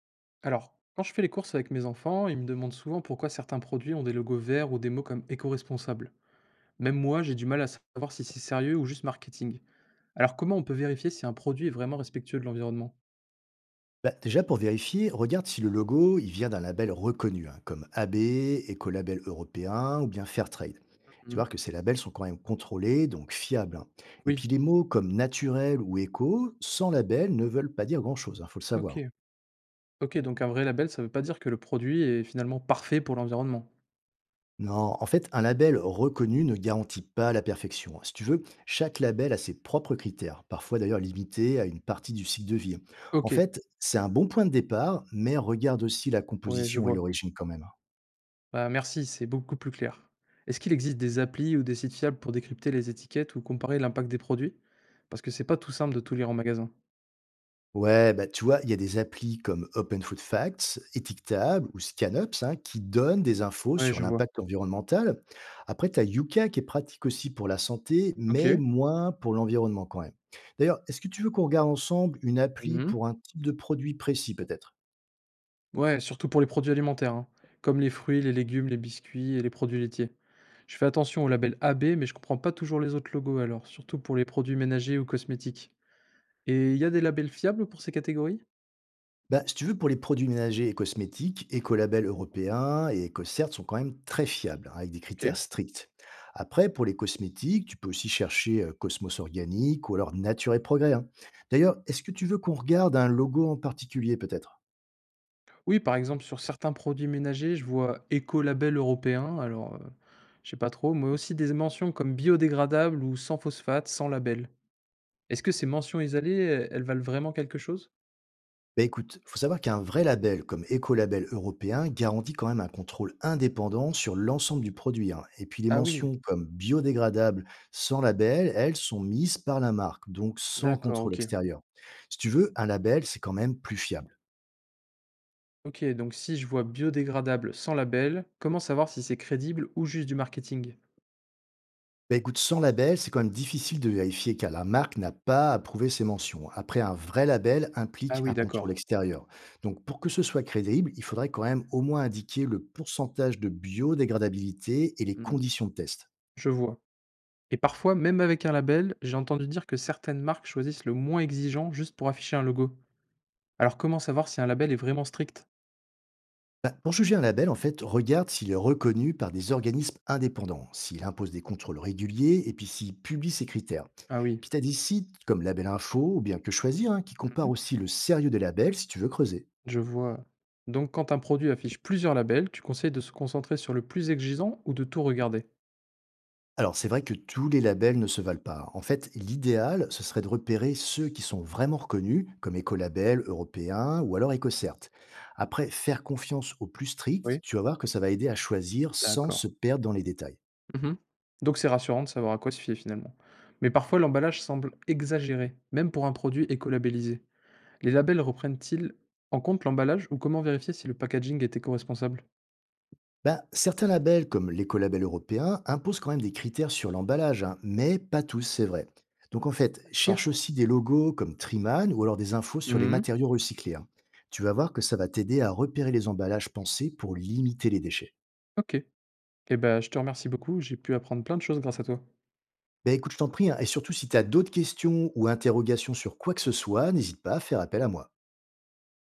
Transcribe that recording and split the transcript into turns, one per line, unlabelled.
Alors, quand je fais les courses avec mes enfants, ils me demandent souvent pourquoi certains produits ont des logos verts ou des mots comme éco-responsable. Même moi, j'ai du mal à savoir si c'est sérieux ou juste marketing. Alors, comment on peut vérifier si un produit est vraiment respectueux de l'environnement?
Bah, déjà pour vérifier, regarde si le logo il vient d'un label reconnu, hein, comme AB, Écolabel européen ou bien Fairtrade. Tu
Mhm.
vois que ces labels sont quand même contrôlés, donc fiables, hein. Et
Oui.
puis les mots comme naturel ou éco, sans label, ne veulent pas dire grand-chose, il faut le savoir.
Ok. Ok, donc un vrai label, ça veut pas dire que le produit est finalement parfait pour l'environnement.
Non, en fait, un label reconnu ne garantit pas la perfection, hein. Si tu veux, chaque label a ses propres critères, parfois d'ailleurs limités à une partie du cycle de vie, hein. En
Ok.
fait, c'est un bon point de départ, mais regarde aussi la
Oui, je
composition et
vois.
l'origine quand même, hein.
Bah, merci, c'est beaucoup plus clair. Est-ce qu'il existe des applis ou des sites fiables pour décrypter les étiquettes ou comparer l'impact des produits? Parce que c'est pas tout simple de tout lire en magasin.
Ouais, bah, tu vois, il y a des applis comme Open Food Facts, Étiquetable ou Scanups hein, qui donnent des infos
Oui,
sur
je vois.
l'impact environnemental. Après, tu as Yuka qui est pratique aussi pour la santé, mais
Ok.
moins pour l'environnement quand même. D'ailleurs, est-ce que tu veux qu'on regarde ensemble une appli
Mhm.
pour un type de produit précis peut-être?
Ouais, surtout pour les produits alimentaires, hein, comme les fruits, les légumes, les biscuits et les produits laitiers. Je fais attention au label AB, mais je comprends pas toujours les autres logos alors, surtout pour les produits ménagers ou cosmétiques. Et il y a des labels fiables pour ces catégories?
Bah, si tu veux, pour les produits ménagers et cosmétiques, Écolabel européen et EcoCert sont quand même très fiables, hein, avec des
Ok.
critères stricts. Après, pour les cosmétiques, tu peux aussi chercher Cosmos Organique ou alors Nature et Progrès, hein. D'ailleurs, est-ce que tu veux qu'on regarde un logo en particulier peut-être?
Oui, par exemple, sur certains produits ménagers, je vois écolabel européen, alors je sais pas trop, mais aussi des mentions comme biodégradable ou sans phosphate, sans label. Est-ce que ces mentions isolées, elles valent vraiment quelque chose?
Bah écoute, faut savoir qu'un vrai label comme Écolabel européen garantit quand même un contrôle indépendant sur l'ensemble du produit, hein. Et puis les
Ah oui,
mentions comme biodégradable sans label, elles sont mises par la marque, donc sans
d'accord,
contrôle
ok.
extérieur. Si tu veux, un label, c'est quand même plus fiable.
Ok, donc si je vois biodégradable sans label, comment savoir si c'est crédible ou juste du marketing?
Bah écoute, sans label, c'est quand même difficile de vérifier car la marque n'a pas approuvé ces mentions. Après, un vrai label
Ah
implique un
oui,
contrôle
d'accord.
extérieur. Donc pour que ce soit crédible, il faudrait quand même au moins indiquer le pourcentage de biodégradabilité et les
Hmm,
conditions de test.
je vois. Et parfois, même avec un label, j'ai entendu dire que certaines marques choisissent le moins exigeant juste pour afficher un logo. Alors comment savoir si un label est vraiment strict?
Bah, pour juger un label, en fait, regarde s'il est reconnu par des organismes indépendants, s'il impose des contrôles réguliers et puis s'il publie ses critères.
Ah oui,
Puis tu as des sites comme Label Info ou bien Que Choisir hein, qui comparent
Mhm.
aussi le sérieux des labels si tu veux creuser.
Je vois. Donc quand un produit affiche plusieurs labels, tu conseilles de se concentrer sur le plus exigeant ou de tout regarder?
Alors c'est vrai que tous les labels ne se valent pas. En fait, l'idéal, ce serait de repérer ceux qui sont vraiment reconnus, comme écolabel européen ou alors EcoCert. Après, faire confiance aux plus stricts,
Oui,
tu vas voir que ça va aider à choisir sans
d'accord.
se perdre dans les détails.
Mmh. Donc c'est rassurant de savoir à quoi se fier finalement. Mais parfois l'emballage semble exagéré, même pour un produit écolabellisé. Les labels reprennent-ils en compte l'emballage ou comment vérifier si le packaging est éco-responsable?
Ben certains labels, comme l'écolabel européen, imposent quand même des critères sur l'emballage, hein, mais pas tous, c'est vrai. Donc en fait, cherche
D'accord.
aussi des logos comme Triman ou alors des infos sur les
Mmh.
matériaux recyclés, hein. Tu vas voir que ça va t'aider à repérer les emballages pensés pour limiter les déchets.
OK. Eh ben je te remercie beaucoup, j'ai pu apprendre plein de choses grâce à toi.
Ben écoute, je t'en prie, hein, et surtout si tu as d'autres questions ou interrogations sur quoi que ce soit, n'hésite pas à faire appel à moi.